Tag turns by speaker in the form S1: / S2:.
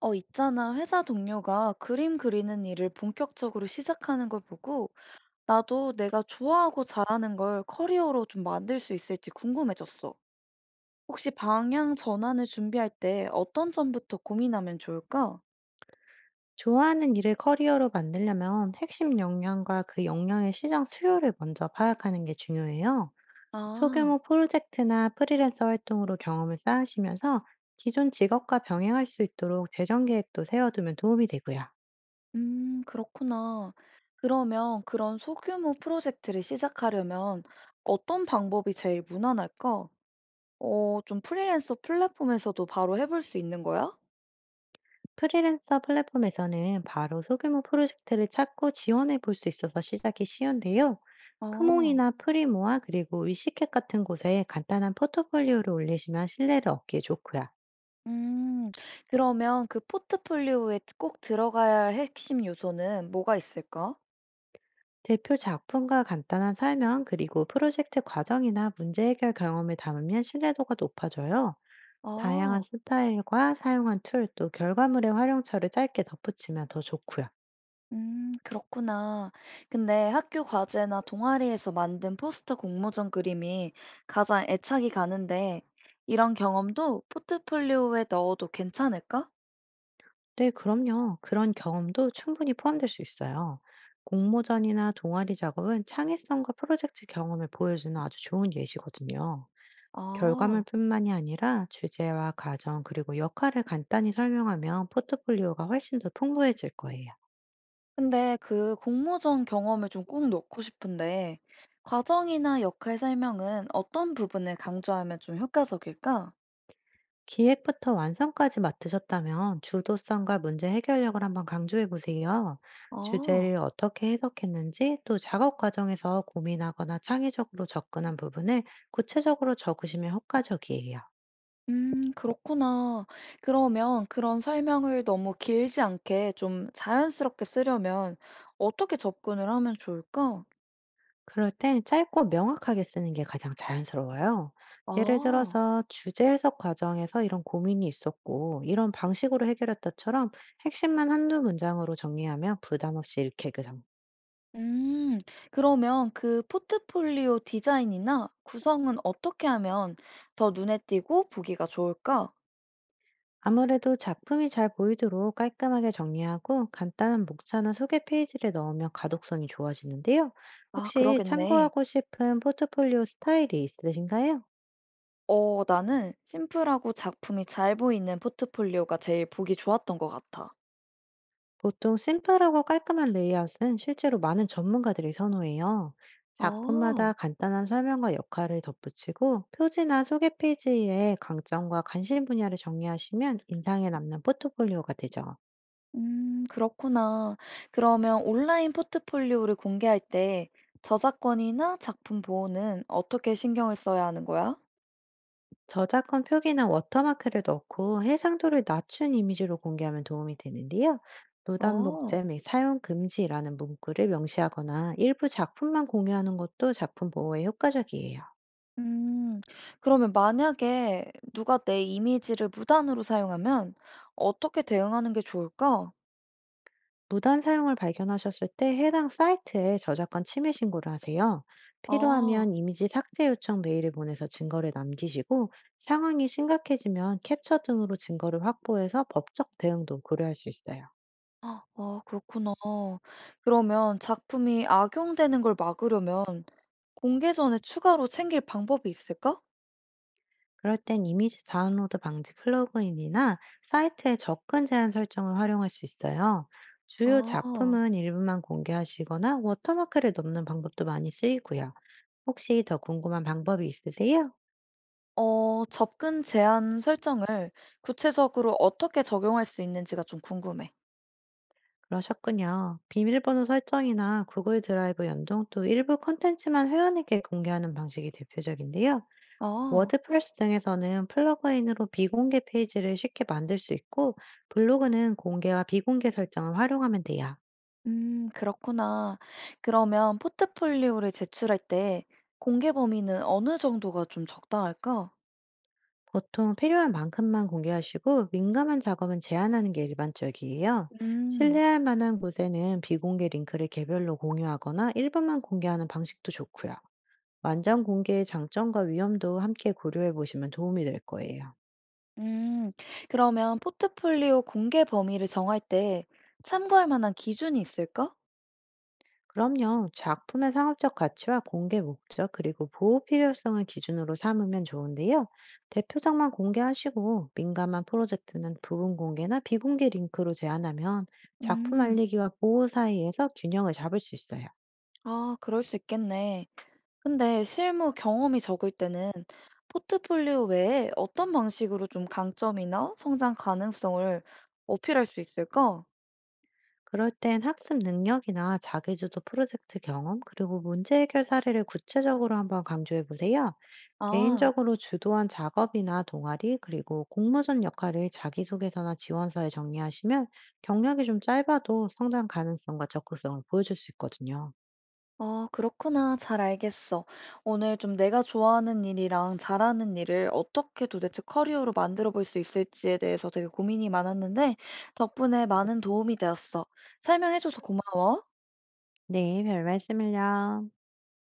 S1: 있잖아. 회사 동료가 그림 그리는 일을 본격적으로 시작하는 걸 보고 나도 내가 좋아하고 잘하는 걸 커리어로 좀 만들 수 있을지 궁금해졌어. 혹시 방향 전환을 준비할 때 어떤 점부터 고민하면 좋을까?
S2: 좋아하는 일을 커리어로 만들려면 핵심 역량과 그 역량의 시장 수요를 먼저 파악하는 게 중요해요.
S1: 아,
S2: 소규모 프로젝트나 프리랜서 활동으로 경험을 쌓으시면서 기존 직업과 병행할 수 있도록 재정 계획도 세워두면 도움이 되고요.
S1: 그렇구나. 그러면 그런 소규모 프로젝트를 시작하려면 어떤 방법이 제일 무난할까? 좀 프리랜서 플랫폼에서도 바로 해볼 수 있는 거야?
S2: 프리랜서 플랫폼에서는 바로 소규모 프로젝트를 찾고 지원해 볼 수 있어서 시작이 쉬운데요.
S1: 아.
S2: 크몽이나 프리모아 그리고 위시캣 같은 곳에 간단한 포트폴리오를 올리시면 신뢰를 얻기에 좋고요.
S1: 음. 그러면 그 포트폴리오에 꼭 들어가야 할 핵심 요소는 뭐가 있을까?
S2: 대표 작품과 간단한 설명, 그리고 프로젝트 과정이나 문제 해결 경험을 담으면 신뢰도가 높아져요. 다양한
S1: 아.
S2: 스타일과 사용한 툴, 또 결과물의 활용처를 짧게 덧붙이면 더 좋고요.
S1: 그렇구나. 근데 학교 과제나 동아리에서 만든 포스터 공모전 그림이 가장 애착이 가는데 이런 경험도 포트폴리오에 넣어도 괜찮을까?
S2: 네, 그럼요. 그런 경험도 충분히 포함될 수 있어요. 공모전이나 동아리 작업은 창의성과 프로젝트 경험을 보여주는 아주 좋은 예시거든요.
S1: 아.
S2: 결과물뿐만이 아니라 주제와 과정, 그리고 역할을 간단히 설명하면 포트폴리오가 훨씬 더 풍부해질 거예요.
S1: 근데 그 공모전 경험을 좀 꼭 넣고 싶은데 과정이나 역할 설명은 어떤 부분을 강조하면 좀 효과적일까?
S2: 기획부터 완성까지 맡으셨다면 주도성과 문제 해결력을 한번 강조해 보세요.
S1: 아.
S2: 주제를 어떻게 해석했는지 또 작업 과정에서 고민하거나 창의적으로 접근한 부분을 구체적으로 적으시면 효과적이에요.
S1: 그렇구나. 그러면 그런 설명을 너무 길지 않게 좀 자연스럽게 쓰려면 어떻게 접근을 하면 좋을까?
S2: 그럴 땐 짧고 명확하게 쓰는 게 가장 자연스러워요. 예를
S1: 아.
S2: 들어서 주제 해석 과정에서 이런 고민이 있었고 이런 방식으로 해결했다처럼 핵심만 한두 문장으로 정리하면 부담 없이 읽히게
S1: 음. 그러면 그 포트폴리오 디자인이나 구성은 어떻게 하면 더 눈에 띄고 보기가 좋을까?
S2: 아무래도 작품이 잘 보이도록 깔끔하게 정리하고 간단한 목차나 소개 페이지를 넣으면 가독성이 좋아지는데요.
S1: 아
S2: 혹시
S1: 그러겠네.
S2: 참고하고 싶은 포트폴리오 스타일이 있으신가요?
S1: 어 나는 심플하고 작품이 잘 보이는 포트폴리오가 제일 보기 좋았던 것 같아.
S2: 보통 심플하고 깔끔한 레이아웃은 실제로 많은 전문가들이 선호해요.
S1: 아.
S2: 작품마다 간단한 설명과 역할을 덧붙이고 표지나 소개 페이지에 강점과 관심 분야를 정리하시면 인상에 남는 포트폴리오가 되죠.
S1: 그렇구나. 그러면 온라인 포트폴리오를 공개할 때 저작권이나 작품 보호는 어떻게 신경을 써야 하는 거야?
S2: 저작권 표기나 워터마크를 넣고 해상도를 낮춘 이미지로 공개하면 도움이 되는데요.
S1: 어,
S2: 무단복제 및 사용 금지라는 문구를 명시하거나 일부 작품만 공유하는 것도 작품 보호에 효과적이에요.
S1: 음, 그러면 만약에 누가 내 이미지를 무단으로 사용하면 어떻게 대응하는 게 좋을까?
S2: 무단 사용을 발견하셨을 때 해당 사이트에 저작권 침해 신고를 하세요.
S1: 아,
S2: 필요하면 이미지 삭제 요청 메일을 보내서 증거를 남기시고 상황이 심각해지면 캡처 등으로 증거를 확보해서 법적 대응도 고려할 수 있어요.
S1: 아, 그렇구나. 그러면 작품이 악용되는 걸 막으려면 공개 전에 추가로 챙길 방법이 있을까?
S2: 그럴 땐 이미지 다운로드 방지 플러그인이나 사이트의 접근 제한 설정을 활용할 수 있어요. 주요
S1: 아.
S2: 작품은 일부만 공개하시거나 워터마크를 넣는 방법도 많이 쓰이고요. 혹시 더 궁금한 방법이 있으세요?
S1: 접근 제한 설정을 구체적으로 어떻게 적용할 수 있는지가 좀 궁금해.
S2: 그러셨군요. 비밀번호 설정이나 구글 드라이브 연동 또 일부 콘텐츠만 회원에게 공개하는 방식이 대표적인데요.
S1: 어,
S2: 워드프레스 등에서는 플러그인으로 비공개 페이지를 쉽게 만들 수 있고, 블로그는 공개와 비공개 설정을 활용하면 돼요.
S1: 그렇구나. 그러면 포트폴리오를 제출할 때 공개 범위는 어느 정도가 좀 적당할까?
S2: 보통 필요한 만큼만 공개하시고 민감한 작업은 제한하는 게 일반적이에요.
S1: 음,
S2: 신뢰할 만한 곳에는 비공개 링크를 개별로 공유하거나 일부만 공개하는 방식도 좋고요. 완전 공개의 장점과 위험도 함께 고려해 보시면 도움이 될 거예요.
S1: 음, 그러면 포트폴리오 공개 범위를 정할 때 참고할 만한 기준이 있을까?
S2: 그럼요. 작품의 상업적 가치와 공개 목적, 그리고 보호 필요성을 기준으로 삼으면 좋은데요. 대표작만 공개하시고 민감한 프로젝트는 부분 공개나 비공개 링크로 제한하면 작품
S1: 음,
S2: 알리기와 보호 사이에서 균형을 잡을 수 있어요.
S1: 아, 그럴 수 있겠네. 근데 실무 경험이 적을 때는 포트폴리오 외에 어떤 방식으로 좀 강점이나 성장 가능성을 어필할 수 있을까?
S2: 그럴 땐 학습 능력이나 자기주도 프로젝트 경험, 그리고 문제 해결 사례를 구체적으로 한번 강조해 보세요.
S1: 아,
S2: 개인적으로 주도한 작업이나 동아리, 그리고 공모전 역할을 자기소개서나 지원서에 정리하시면 경력이 좀 짧아도 성장 가능성과 적극성을 보여줄 수 있거든요.
S1: 그렇구나. 잘 알겠어. 오늘 좀 내가 좋아하는 일이랑 잘하는 일을 어떻게 도대체 커리어로 만들어 볼 수 있을지에 대해서 되게 고민이 많았는데 덕분에 많은 도움이 되었어. 설명해줘서 고마워.
S2: 네, 별 말씀을요.